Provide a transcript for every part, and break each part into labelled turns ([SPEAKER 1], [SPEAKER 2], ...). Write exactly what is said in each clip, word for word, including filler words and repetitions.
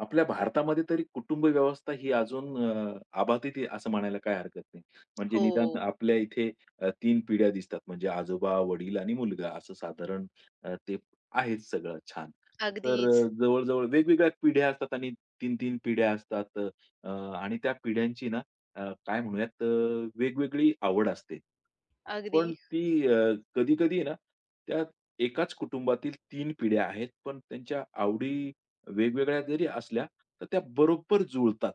[SPEAKER 1] आपल्या भारतामध्ये तरी कुटुंब व्यवस्था ही अजून अ, आबाधित आहे असं म्हणायला काही हरकत नाही. म्हणजे
[SPEAKER 2] हो.
[SPEAKER 1] निदान आपल्या इथे अ, तीन पिढ्या दिसतात. म्हणजे आजोबा, वडील आणि मुलगा असं साधारण अ, ते आहेच सगळं छान. तर
[SPEAKER 2] अगदीच.
[SPEAKER 1] अ, जवळ-जवळ वेगवेगळ्या पिढ्या असतात आणि तीन तीन पिढ्या असतात. अ, आणि त्या पिढ्यांची ना अ, काय म्हणूयात अ, वेगवेगळी आवड असते.
[SPEAKER 2] अगदी.
[SPEAKER 1] पण ती कधी-कधी ना त्या एकाच कुटुंबातील तीन पिढ्या आहेत, पण त्यांच्या आवडी वेगवेगळ्या जरी असल्या, तर त्या बरोबर जुळतात.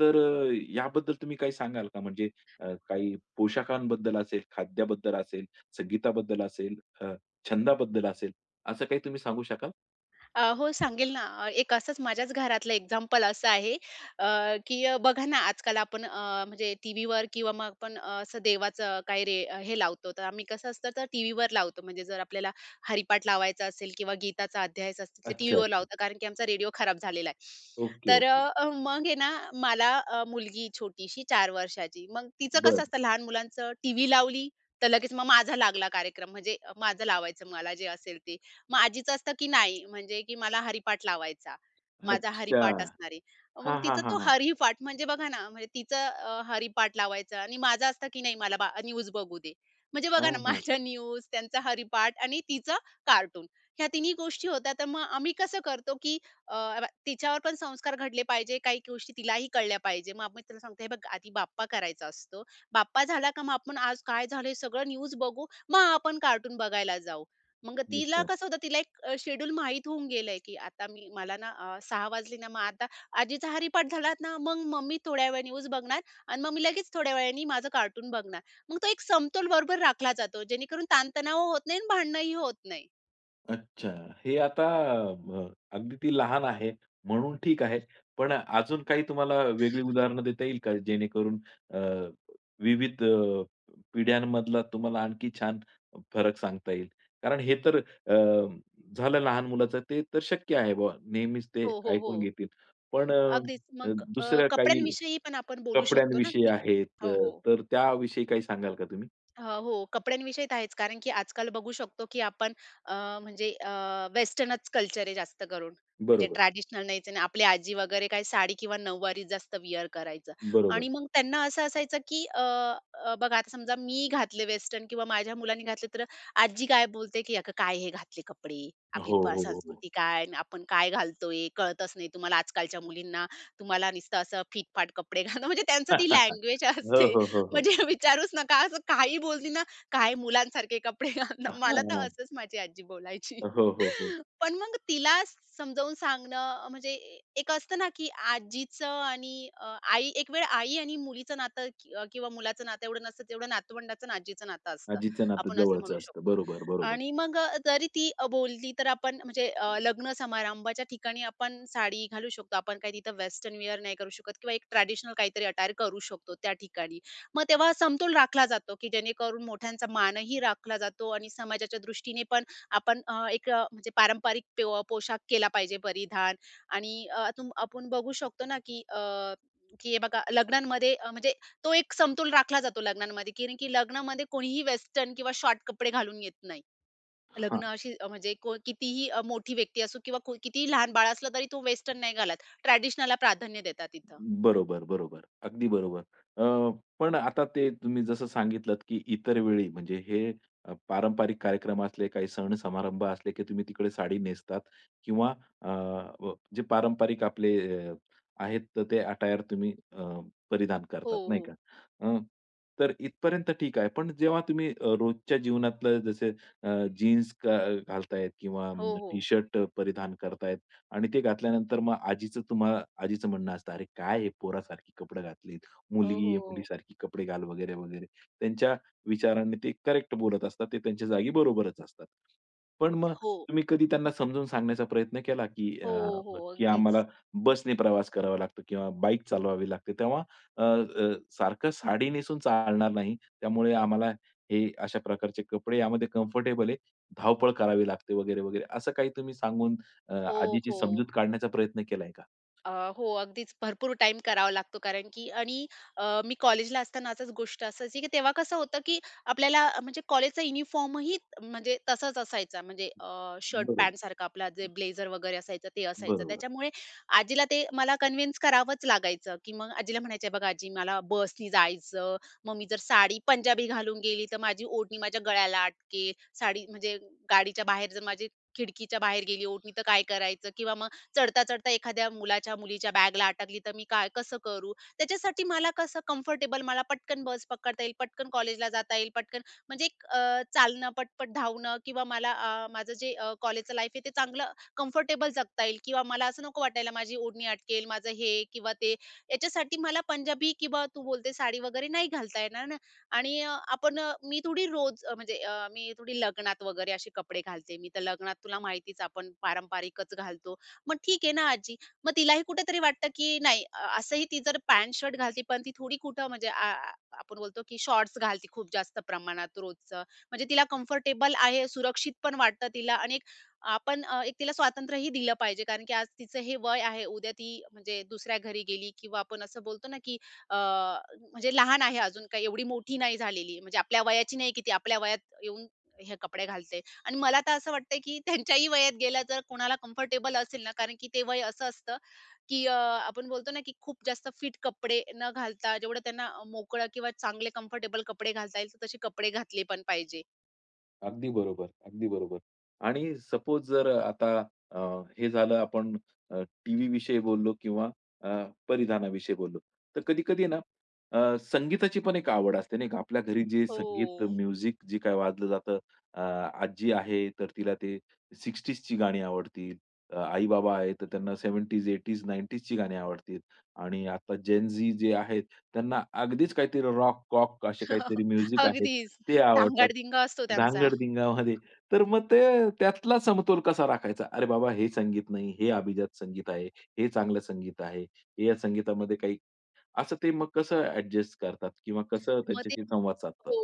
[SPEAKER 1] तर अ, याबद्दल तुम्ही काही सांगाल का? म्हणजे अ, काही पोशाखांबद्दल असेल, खाद्याबद्दल असेल, संगीताबद्दल असेल, अ, छंदाबद्दल असेल, असं काही तुम्ही सांगू शकाल?
[SPEAKER 2] अ, हो, सांगेल ना. अ, एक असंच माझ्याच घरातलं एक्झाम्पल असं आहे, अ, की अ, बघा ना, आजकाल आपण अ, म्हणजे टीव्हीवर किंवा मग आपण अ, असं देवाचं काही रे अ, हे लावतो. तर आम्ही कसं असतं, तर टीव्हीवर लावतो. म्हणजे जर आपल्याला हरिपाठ लावायचा असेल किंवा गीताचा अध्याय असेल, तर
[SPEAKER 1] अच्छा,
[SPEAKER 2] टीव्हीवर
[SPEAKER 1] अच्छा.
[SPEAKER 2] लावतो, कारण की आमचा रेडिओ खराब झालेला आहे.
[SPEAKER 1] ओके,
[SPEAKER 2] तर
[SPEAKER 1] ओके.
[SPEAKER 2] अ, मग आहे ना, मला अ, मुलगी छोटीशी चार वर्षाची. मग तिचं कसं
[SPEAKER 1] बरं.
[SPEAKER 2] असतं, लहान मुलांचं टीव्ही लावली, तर लगेच मग माझा लागला कार्यक्रम. म्हणजे माझं लावायचं मला जे असेल ते. मग आजीचं असतं की नाही म्हणजे की मला हरिपाठ लावायचा. माझा
[SPEAKER 1] अच्छा.
[SPEAKER 2] हरिपाठ असणार आहे. मग
[SPEAKER 1] हां, हां,
[SPEAKER 2] तिचा
[SPEAKER 1] हां,
[SPEAKER 2] तो
[SPEAKER 1] हां.
[SPEAKER 2] हरिपाठ म्हणजे बघा ना, म्हणजे तिचं अ, हरिपाठ लावायचं आणि माझं असतं की नाही मला बा न्यूज बघू दे. म्हणजे बघा
[SPEAKER 1] हां,
[SPEAKER 2] ना,
[SPEAKER 1] हां.
[SPEAKER 2] माझ्या न्यूज, त्यांचा हरिपाठ आणि तिचं कार्टून ह्या तिन्ही गोष्टी होत्या. तर मग आम्ही कसं करतो की अ, बा तिच्यावर पण संस्कार घडले पाहिजे, काही गोष्टी तिलाही कळल्या पाहिजे. मग आम्ही तिला सांगतो, "हे बघ आधी बाप्पा करायचा असतो. बाप्पा झाला का मग आपण आज काय झालं सगळं न्यूज बघू, मग आपण कार्टून बघायला जाऊ." मग तिला
[SPEAKER 1] अच्छा.
[SPEAKER 2] कसं होतं, तिला एक अ, शेड्यूल माहीत होऊन गेलंय, की आता मी मला ना अ, सहा वाजले ना, मग आता आजीचा हरिपाठ झाला ना, मग मम्मी थोड्या वेळ न्यूज बघणार आणि मग मी लगेच थोड्या वेळाने माझं कार्टून बघणार. मग तो एक समतोल बरोबर राखला जातो, जेणेकरून ताणतणाव होत नाही आणि भांडणंही होत नाही.
[SPEAKER 1] अच्छा. हे आता अ, अगदी ती लहान आहे म्हणून ठीक आहे. पण अजून काही तुम्हाला वेगळी उदाहरणं देता येईल का? जेणेकरून अ, विविध अ, पिढ्यांमधला तुम्हाला आणखी छान फरक सांगता येईल. कारण हे तर अ, झालं लहान मुलाचं ते तर शक्य आहे बुवा नेहमीच ते
[SPEAKER 2] हो, हो, हो.
[SPEAKER 1] ऐकून घेतील. पण
[SPEAKER 2] अगदीच.
[SPEAKER 1] अ,
[SPEAKER 2] मग अ,
[SPEAKER 1] दुसऱ्या काही
[SPEAKER 2] कपड्यांविषयी पण आपण बोलू शकतो ना,
[SPEAKER 1] कपड्यांविषयी
[SPEAKER 2] की
[SPEAKER 1] आहेत,
[SPEAKER 2] हो, हो.
[SPEAKER 1] अ, तर त्याविषयी काही सांगाल का तुम्ही?
[SPEAKER 2] अ, हो, कपड्यांविषयी तर आहेच. कारण की आजकाल बघू शकतो, की आपण अ, म्हणजे अ, वेस्टर्नच कल्चर आहे जास्त करून. म्हणजे
[SPEAKER 1] बरोबर,
[SPEAKER 2] ट्रॅडिशनल नाहीच आहे आणि आपली आजी वगैरे काय साडी किंवा नऊवारी जास्त विअर करायचं
[SPEAKER 1] बरोबर.
[SPEAKER 2] आणि मग त्यांना असं असायचं, की अ, अ, बघा आता समजा मी घातले वेस्टर्न किंवा माझ्या मुलांनी घातले तर आजी काय बोलते, की "अगं काय हे घातले कपडे? आपली
[SPEAKER 1] हो,
[SPEAKER 2] प
[SPEAKER 1] हो, हो. हो.
[SPEAKER 2] संस्कृती काय आणि आपण काय घालतोय? कळतच नाही तुम्हाला आजकालच्या मुलींना. तुम्हाला नुसतं असं फिटफाट कपडे घालणं." म्हणजे त्यांचं ती लँग्वेज
[SPEAKER 1] हो,
[SPEAKER 2] असते.
[SPEAKER 1] हो, हो, हो.
[SPEAKER 2] म्हणजे विचारूच नका. असं काही बोलली ना, "काय मुलांसारखे कपडे घालणं." मला तर
[SPEAKER 1] हां.
[SPEAKER 2] असंच माझी आजी बोलायची.
[SPEAKER 1] हो, हो, हो.
[SPEAKER 2] पण मग तिला समजावून सांगणं म्हणजे एक असतं ना, की आजीचं आणि अ, आई एक वेळ आई आणि मुलीचं नातं कि अ, किंवा मुलाचं नातं एवढं नसतं, तेवढं नातवंडाचं आणि आजीचं नातं असतं.
[SPEAKER 1] आजीचं नातं
[SPEAKER 2] आपण असं म्हणू
[SPEAKER 1] जवळचं असतं.
[SPEAKER 2] शकतो.
[SPEAKER 1] बरोबर, बरोबर.
[SPEAKER 2] आणि मग अ, जरी ती अ, बोलली तर आपण म्हणजे अ, लग्न समारंभाच्या ठिकाणी आपण साडी घालू शकतो. आपण काही तिथं वेस्टर्न वेअर नाही करू शकत किंवा एक ट्रेडिशनल काहीतरी अटायर करू शकतो त्या ठिकाणी. मग तेव्हा समतोल राखला जातो, की जेणेकरून मोठ्यांचा मानही राखला जातो आणि समाजाच्या दृष्टीने पण आपण अ, एक अ, म्हणजे पारंपरिक पो पोशाख केला पाहिजे परिधान आणि अ, तुम आपण बघू शकतो ना, की अ, की हे बघा लग्नांमध्ये अ, म्हणजे तो एक समतोल राखला जातो लग्नांमध्ये, कारण की लग्नामध्ये कोणीही वेस्टर्न किंवा शॉर्ट कपडे घालून येत नाही.
[SPEAKER 1] हां.
[SPEAKER 2] लग्न अशी अ, म्हणजे को कितीही अ, मोठी व्यक्ती असो किंवा को कितीही लहान बाळ असलं तरी तो वेस्टर्न नाही घालत. ट्रेडिशनलला प्राधान्य देतात इथं.
[SPEAKER 1] बरोबर, बरोबर. अगदी बरोबर. अ, पण आता ते तुम्ही जसं सांगितलत, की इतर वेळी म्हणजे हे अ, पारंपरिक कार्यक्रम असले, काही सण-समारंभ असले, की तुम्ही तिकडे साडी नेसतात किंवा अ, व जे पारंपरिक आपले अ, आहेत, तर ते अटायर तुम्ही अ, परिधान
[SPEAKER 2] हो,
[SPEAKER 1] करतात, नाही
[SPEAKER 2] हो.
[SPEAKER 1] का? अ, तर इथपर्यंत ठीक आहे. पण जेव्हा तुम्ही अ, रोजच्या जीवनातलं जसे जीन्स घालतायत किंवा
[SPEAKER 2] हो, हो.
[SPEAKER 1] टी-शर्ट परिधान करतायत, आणि ते घातल्यानंतर मग आजीचं तुम्हाला आजीचं म्हणणं असतं, "अरे काय हे पोरासारखी कपडे घातलीत.
[SPEAKER 2] हो, हो,
[SPEAKER 1] मुलगी आहे,
[SPEAKER 2] हो.
[SPEAKER 1] मुलीसारखी कपडे घाल" वगैरे, वगैरे. त्यांच्या विचारांनी ते करेक्ट बोलत असतात. ते त्यांच्या जागी बरोबरच असतात. पण मग
[SPEAKER 2] हो.
[SPEAKER 1] तुम्ही कधी त्यांना समजून सांगण्याचा प्रयत्न केला, की
[SPEAKER 2] हो,
[SPEAKER 1] अ,
[SPEAKER 2] हो.
[SPEAKER 1] की आम्हाला
[SPEAKER 2] अगदीच.
[SPEAKER 1] बसने प्रवास करावा लागतो किंवा बाईक चालवावी लागते. तेव्हा अ, अ, सारखं साडी नेसून चालणार नाही. त्यामुळे आम्हाला हे अशा प्रकारचे कपडे यामध्ये कम्फर्टेबल आहे. धावपळ करावी लागते वगैरे, वगैरे. असं काही तुम्ही सांगून अ,
[SPEAKER 2] हो,
[SPEAKER 1] आधीची
[SPEAKER 2] हो.
[SPEAKER 1] समजूत काढण्याचा प्रयत्न केलाय का?
[SPEAKER 2] अ, हो, अगदीच भरपूर टाइम करावा लागतो कारण की आणि अ, मी कॉलेजला असताना असंच गोष्ट असायची, की तेव्हा कसं होतं, की आपल्याला अ, म्हणजे कॉलेजचा युनिफॉर्मही म्हणजे तसाच असायचा. म्हणजे अ, शर्ट
[SPEAKER 1] बरोबर,
[SPEAKER 2] पॅन्टसारखा आपला जे ब्लेझर वगैरे असायचं ते असायचं.
[SPEAKER 1] बरोबर.
[SPEAKER 2] त्याच्यामुळे आजीला ते मला कन्विन्स करावंच लागायचं, की मग आजीला म्हणायचे, "बघ आजी मला बसनी जायचं, मग मी जर साडी पंजाबी घालून गेली तर माझी ओढणी माझ्या गळ्याला अटकेल, साडी म्हणजे गाडीच्या बाहेर जर माझी खिडकीच्या बाहेर गेली ओढणी तर काय करायचं?" किंवा मग चढता, चढता एखाद्या मुलाच्या, मुलीच्या बॅगला अटकली तर मी काय कसं करू? त्याच्यासाठी मला कसं कम्फर्टेबल मला पटकन बस पकडता येईल, पटकन कॉलेजला जाता येईल, पटकन म्हणजे एक अ, चालणं, पटपट धावणं किंवा मला अ, माझं जे कॉलेजचं लाईफ आहे ते चांगलं कम्फर्टेबल जगता येईल किंवा मला असं नको वाटायला माझी ओढणी अटकेल, माझं हे किंवा ते. याच्यासाठी मला पंजाबी किंवा तू बोलते साडी वगैरे नाही घालता येणार ना आणि अ, आपण अ, मी थोडी रोज अ, म्हणजे अ, मी थोडी लग्नात वगैरे असे कपडे घालते. मी तर लग्नात तुला माहितीच आपण पारंपरिकच घालतो. मग ठीक आहे ना आजी. मग तिलाही कुठेतरी वाटतं, की नाही अ, असंही ती जर पॅन्ट शर्ट घालते, पण ती थोडी कुठं म्हणजे आ आ आपण बोलतो, की शॉर्ट्स घालते खूप जास्त प्रमाणात रोजचं. म्हणजे तिला कम्फर्टेबल आहे, सुरक्षित पण वाटतं तिला आणि एक आपण अ, एक तिला स्वातंत्र्यही दिलं पाहिजे. कारण की आज तिचं हे वय आहे. उद्या ती म्हणजे दुसऱ्या घरी गेली किंवा आपण असं बोलतो ना, की अ, म्हणजे लहान आहे अजून काही एवढी मोठी नाही झालेली. म्हणजे आपल्या वयाची नाही, की ती आपल्या वयात येऊन हे कपडे घालते. आणि मला तर असं वाटतंय, की त्यांच्याही वयात गेल्या जर कोणाला कम्फर्टेबल असेल ना, कारण की ते वय असं असतं, की अ, आपण बोलतो ना, की खूप जास्त फिट कपडे न घालता जेवढं त्यांना अ, मोकळं किंवा चांगले कम्फर्टेबल कपडे घालता येईल, तर तसे कपडे घातले पण पाहिजे.
[SPEAKER 1] अगदी बरोबर, अगदी बरोबर. आणि सपोज जर आता अ, हे झालं आपण टीव्ही विषयी बोललो किंवा अ, परिधानाविषयी बोललो. तर कधी-कधी ना अ, संगीताची पण एक आवड असते नाही का? आपल्या घरी जे संगीत,
[SPEAKER 2] हो.
[SPEAKER 1] म्युझिक जे काही वाजलं जातं. अ, आजी आहे तर तिला ते साठज गाणी आवडतील. अ, आई-बाबा आहेत तर त्यांना सत्तरज, ऐंशीज, नव्वदज गाणी आवडतील. आणि आता जेन झी जे आहेत त्यांना अगदीच काहीतरी रॉक-कॉक असे काहीतरी म्युझिक आहेत,
[SPEAKER 2] अगदीच.
[SPEAKER 1] ते आवडतात.
[SPEAKER 2] धांगाड-धिंगा असतो त्यांचा.
[SPEAKER 1] धांगड-धिंगामध्ये. तर मग ते त्यातला समतोल कसा राखायचा? अरे बाबा हे संगीत नाही, हे अभिजात संगीत आहे, हे चांगलं संगीत आहे. हे या संगीतामध्ये काही असं ते मग कसं ॲडजस्ट करतात किंवा कसं
[SPEAKER 2] मग ते
[SPEAKER 1] त्यांच्याशी संवाद साधतात?
[SPEAKER 2] हो,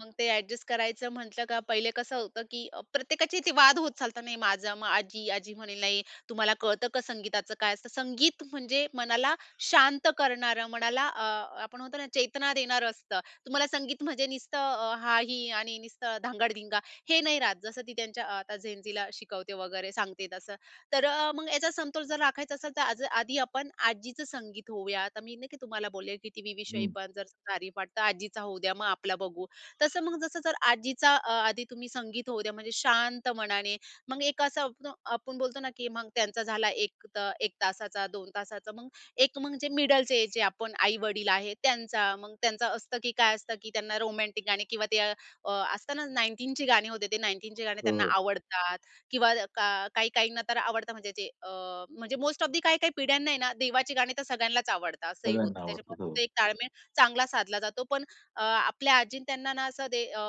[SPEAKER 2] मग ते ॲडजस्ट करायचं म्हटलं का पहिले कसं होतं, की अ, प्रत्येकाचे ते वाद होत चालतात. नाही माझा मग आजी, आजी म्हणेल, "नाही तुम्हाला कळतं का संगीताचं काय असतं?" संगीत म्हणजे मनाला शांत करणारं, मनाला अ, आपण म्हणतो ना चेतना देणारं असतं. तुम्हाला संगीत म्हणजे नुसतं अ, हाही आणि नुसतं धांगडधिंगा हे नाही राहत. जसं ती त्यांच्या अ, आता Gen शिकवते वगैरे सांगते तसं. तर अ, मग याचा समतोल जर राखायचा असेल तर आज आधी आपण आजीचं संगीत होऊया. आता मी नाही की तुम्हाला बोलले की टीव्हीविषयी
[SPEAKER 1] हं.
[SPEAKER 2] पण जर तारीफ वाटतं आजीचा होऊ द्या, मग आपला बघू. तसं मग जसं जर आजीचा अ, आधी तुम्ही संगीत होऊ द्या म्हणजे शांत मनाने. मग एक असं आपण आपण बोलतो ना की मग त्यांचा झाला एक त एक तासाचा, दोन तासाचा मग एक म्हणजे मिडलचे जे आपण आई-वडील आहेत त्यांचा. मग त्यांचं असतं की काय असतं की त्यांना रोमॅन्टिक गाणी किंवा ते अ, असताना एकोणिसाव्या शतकाची गाणी होते ते एकोणिसाव्या शतकाचे गाणे
[SPEAKER 1] हो,
[SPEAKER 2] त्यांना
[SPEAKER 1] हो.
[SPEAKER 2] आवडतात. किंवा का काही-काहींना तर आवडतं म्हणजे जे अ, म्हणजे मोस्ट ऑफ दी काही-काही पिढ्यांना आहे ना, देवाची गाणी तर सगळ्यांनाच आवडतात, असंही
[SPEAKER 1] सगळ्यांना
[SPEAKER 2] होतं.
[SPEAKER 1] आवडतात.
[SPEAKER 2] त्याच्यामुळे
[SPEAKER 1] हो.
[SPEAKER 2] तिथे एक ताळमेळ चांगला साधला जातो. पण अ, आपल्या आजीनं त्यांना ना असं दे अ,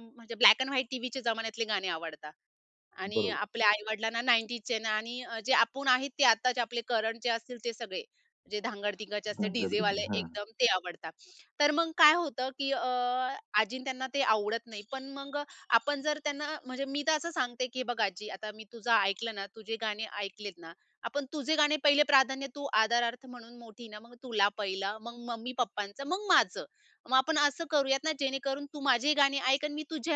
[SPEAKER 2] म्हणजे ब्लॅक एंड व्हाईट टीव्हीच्या जमान्यातले गाणे आवडतात. आणि
[SPEAKER 1] बरोबर.
[SPEAKER 2] आपल्या आई-वडिलांना नव्वदचे ना आणि अ, जे आपण आहेत ते आत्ताचे आपले करंट जे असतील ते सगळे, जे धांगड-धिंगाचे असते डीजे वाले
[SPEAKER 1] धांगड-धिंगा.
[SPEAKER 2] एकदम ते आवडतात. तर मग काय होतं, की अ, आजी त्यांना ते आवडत नाही. पण मग अ, आपण जर त्यांना म्हणजे मी तर असं सांगते, की "बघ आजी, आता मी तुझं ऐकलं ना, तुझे गाणे ऐकलेत ना, आपण तुझे गाणे पहिले प्राधान्य तू आदरार्थ म्हणून मोठी ना, मग तुला पहिला, मग मम्मी-पप्पांचं, मग माझं. मग आपण असं करूयात ना जेणेकरून तू माझे गाणे ऐक आणि मी तुझे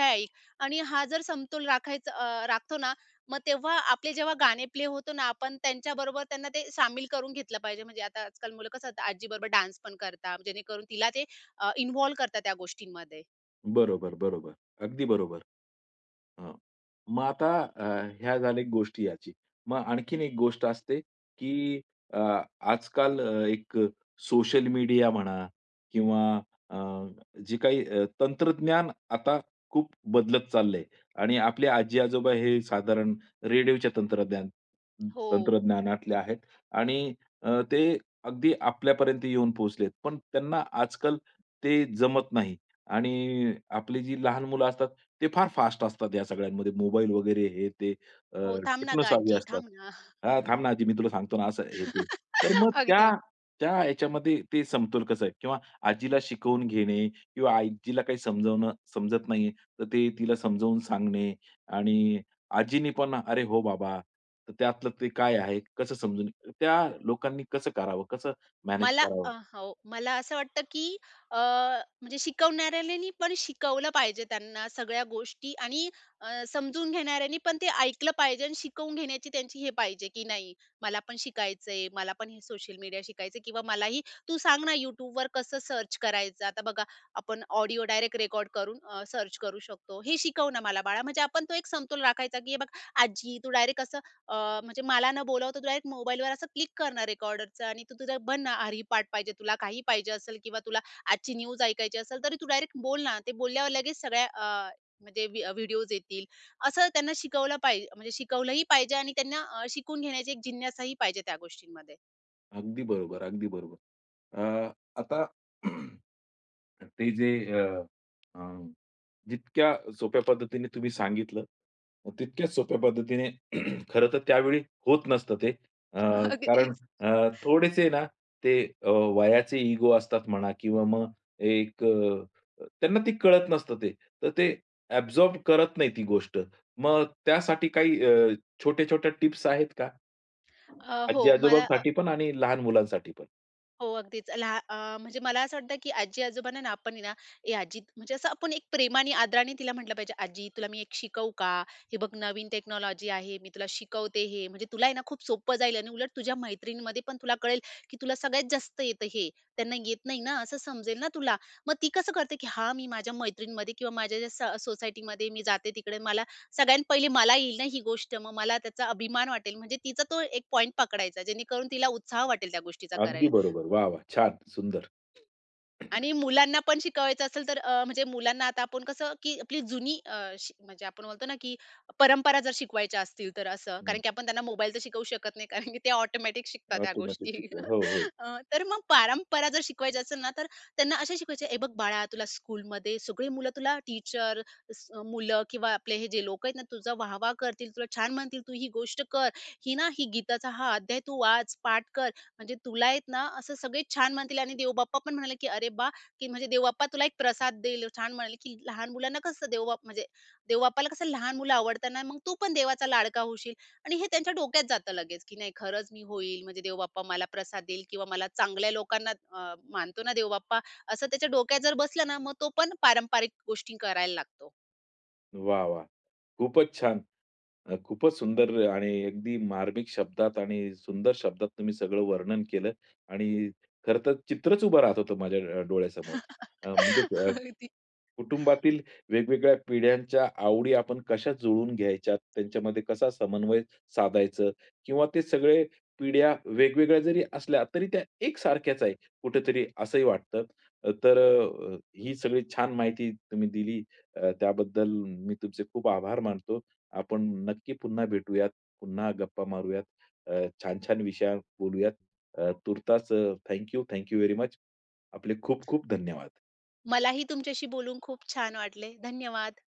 [SPEAKER 2] आणि हा जर समतोल राखायचा अ, राखतो ना, मग तेव्हा आपले जेव्हा गाणे प्ले होतो ना, आपण त्यांच्याबरोबर त्यांना ते सामील करून घेतलं पाहिजे. म्हणजे आता आजकाल मुलं कसं आजीबरोबर डान्स पण करतात, जेणेकरून तिला ते अ, इन्व्हॉल्व करतात त्या गोष्टींमध्ये.
[SPEAKER 1] हा, बरोबर, बरोबर. अगदी बरोबर. हां. मग आता अ, ह्या झाल्या गोष्टी याची. मग आणखीन एक गोष्ट असते, की अ, आजकाल अ, एक सोशल मीडिया म्हणा किंवा अ, जे काही अ, तंत्रज्ञान आता खूप बदलत चाललंय आणि आपले आजी-आजोबा हे साधारण रेडिओच्या तंत्रज्ञान
[SPEAKER 2] हो.
[SPEAKER 1] तंत्रज्ञानातले आहेत आणि अ, ते अगदी आपल्यापर्यंत येऊन पोहोचलेत. पण त्यांना आजकाल ते जमत नाही आणि आपली जी लहान मुलं असतात ते फार फास्ट असतात या सगळ्यांमध्ये. मोबाईल वगैरे हे ते अ,
[SPEAKER 2] हो, थांब ना गं
[SPEAKER 1] टेक्नोसाव्vy
[SPEAKER 2] आजी,
[SPEAKER 1] असतात.
[SPEAKER 2] थांब ना.
[SPEAKER 1] "हां, थांब ना आजी मी तुला सांगतो ना," असं हे ते. तर मग त्या
[SPEAKER 2] अगदी.
[SPEAKER 1] त्या ह्याच्यामध्ये ते समतोल कसा आहे? किंवा आजीला शिकवून घेणे किंवा आजीला काही समजावणं समजत नाहीये, तर ते तिला समजावून सांगणे आणि आजीनी पण "अरे हो बाबा, तर त्यातलं ते काय आहे? कसं समजून" त्या लोकांनी कसं करावं? कसं मॅनेज
[SPEAKER 2] मला अ,
[SPEAKER 1] करावं?
[SPEAKER 2] हो. मला असं वाटतं, की अ, म्हणजे शिकवणाऱ्याने पण शिकवलं पाहिजे त्यांना सगळ्या गोष्टी आणि अ, समजून घेणाऱ्यांनी पण ते ऐकलं पाहिजे आणि शिकवून घेण्याची त्यांची हे पाहिजे, की नाही मला पण शिकायचंय, मला पण हे सोशल मीडिया शिकायचं किंवा मलाही तू सांग ना YouTubeवर कसं सर्च करायचं. आता बघा आपण ऑडिओ डायरेक्ट रेकॉर्ड करून सर्च करू शकतो. हे शिकव ना मला बाळा, म्हणजे आपण तो एक समतोल राखायचा, की हे बघ आजी तू डायरेक्ट अ, म्हणजे मला न बोलावता तू डायरेक्ट मोबाईलवर असं क्लिक करणार रेकॉर्डरचं आणि तू तुझा बन ना हरी पाठ पाहिजे तुला काही पाहिजे असेल किंवा तुला आजची न्यूज ऐकायची असेल तरी तू डायरेक्ट बोल ना. ते बोलल्यावर लगेच सगळ्या अ, म्हणजे व्हि व्हिडिओज येतील. असं त्यांना शिकवलं पाहिजे म्हणजे शिकवलंही पाहिजे आणि त्यांना अ, शिकून घेण्याची एक जिज्ञासाही पाहिजे त्या गोष्टींमध्ये.
[SPEAKER 1] अगदी बरोबर, अगदी बरोबर. अ, आता ते जे अ, अ, जितक्या सोप्या पद्धतीने तुम्ही सांगितलं, तितक्याच सोप्या पद्धतीने खरं तर त्यावेळी होत नसतं ते. अ, कारण
[SPEAKER 2] अगदीच.
[SPEAKER 1] अ, थोडेसे ना ते अ, वयाचे इगो असतात म्हणा किंवा मग एक अ, त्यांना ते कळत नसतं ते. तर ते ॲब्झॉर्ब करत नाही ती गोष्ट. मग त्यासाठी काही अ, छोट्या-छोट्या टिप्स आहेत का?
[SPEAKER 2] अ, हो मला
[SPEAKER 1] आजी-आजोबांसाठी पण आणि लहान मुलांसाठी पण.
[SPEAKER 2] हो, अगदीच. लहा अ, म्हणजे मला असं वाटतं, की आजी-आजोबांना ना आपण आहे ना, "ए आजी" म्हणजे असं आपण एक प्रेमाने, आदराने तिला म्हटलं पाहिजे, "आजी तुला मी एक शिकवू का? हे बघ नवीन टेक्नॉलॉजी आहे, मी तुला शिकवते हे. म्हणजे तुला आहे ना खूप सोपं जाईल आणि उलट तुझ्या मैत्रिणीमध्ये पण तुला कळेल, की तुला सगळ्यात जास्त येतं हे. त्यांना येत नाही ना, असं समजेल ना तुला." मग ती कसं करते, की हां, मी माझ्या मैत्रिणीमध्ये किंवा माझ्या ज्या स सोसायटीमध्ये मी जाते तिकडे मला सगळ्यात पहिले मला येईल ना ही गोष्ट, मग मला त्याचा अभिमान वाटेल. म्हणजे तिचा तो एक पॉइंट पकडायचा, जेणेकरून तिला उत्साह वाटेल त्या गोष्टीचा
[SPEAKER 1] अगदी
[SPEAKER 2] करायला.
[SPEAKER 1] बरोबर. वाह, वाह! छान, सुंदर.
[SPEAKER 2] आणि मुलांना पण शिकवायचं असेल तर अ, म्हणजे मुलांना आता आपण कसं, की आपली जुनी अ, शी म्हणजे आपण बोलतो ना, की परंपरा जर शिकवायच्या असतील तर असं. कारण
[SPEAKER 1] हं.
[SPEAKER 2] की आपण त्यांना मोबाईल तर शिकवू शकत नाही, कारण की ते ऑटोमॅटिक शिकतात त्या
[SPEAKER 1] ऑटोमॅटिक
[SPEAKER 2] गोष्टी.
[SPEAKER 1] शिक्षण. हो, हो.
[SPEAKER 2] अ, तर मग परंपरा जर शिकवायची असेल ना, तर त्यांना असे शिकवायचे, "हे बघ बाळा, तुला स्कूलमध्ये सगळी मुलं तुला टीचर, मुलं किंवा आपले हे जे लोकं आहेत ना, तुझा वाह करतील, तुला छान म्हणतील, तू ही गोष्ट कर. ही ना, ही गीताचा हा अध्याय तू वाच, पाठ कर. म्हणजे तुला आहेत ना, असं सगळे छान म्हणतील आणि देवबाप्पा पण म्हणाले, की "अरे वाह!" की म्हणजे देवबाप्पा तुला एक प्रसाद देईल. छान म्हणाले, की लहान मुलांना कसं देवबाप म्हणजे देवबाप्पाला कसं लहान मुलं आवडतात ना, मग तू पण देवाचा लाडका होशील आणि हे त्यांच्या डोक्यात जातं लगेच, की नाही खरंच मी होईल म्हणजे देवबाप्पा मला प्रसाद देईल किंवा मला चांगल्या लोकांना अ, मानतो ना देवबाप्पा, असं त्याच्या डोक्यात जर बसलं ना, मग तो पण पारंपरिक गोष्टी करायला लागतो.
[SPEAKER 1] वाह, वाह! खूपच छान. अ, खूपच सुंदर आणि अगदी मार्मिक शब्दात आणि सुंदर शब्दात तुम्ही सगळं वर्णन केलं आणि खरं तर चित्रच उभं राहत होतं माझ्या अ, डोळ्यासमोर. अ, म्हणजे अ,
[SPEAKER 2] अगदी.
[SPEAKER 1] कुटुंबातील वेगवेगळ्या पिढ्यांच्या आवडी आपण कशा जुळून घ्यायच्या, त्यांच्यामध्ये कसा समन्वय साधायचं किंवा ते सगळे पिढ्या वेगवेगळ्या जरी असल्या तरी त्या एकसारख्याच आहे कुठेतरी असंही वाटतं. अ, तर अ, ही सगळी छान माहिती तुम्ही दिली अ, त्याबद्दल मी तुमचे खूप आभार मानतो आपण नक्की पुन्हा भेटूयात. पुन्हा गप्पा मारूयात. अ, छान-छान विषयावर बोलूयात. अ, तुर्तास अ, थँक व्हेरी मच. आपले खूप-खूप धन्यवाद.
[SPEAKER 2] मलाही तुमच्याशी बोलून खूप छान वाटले. धन्यवाद.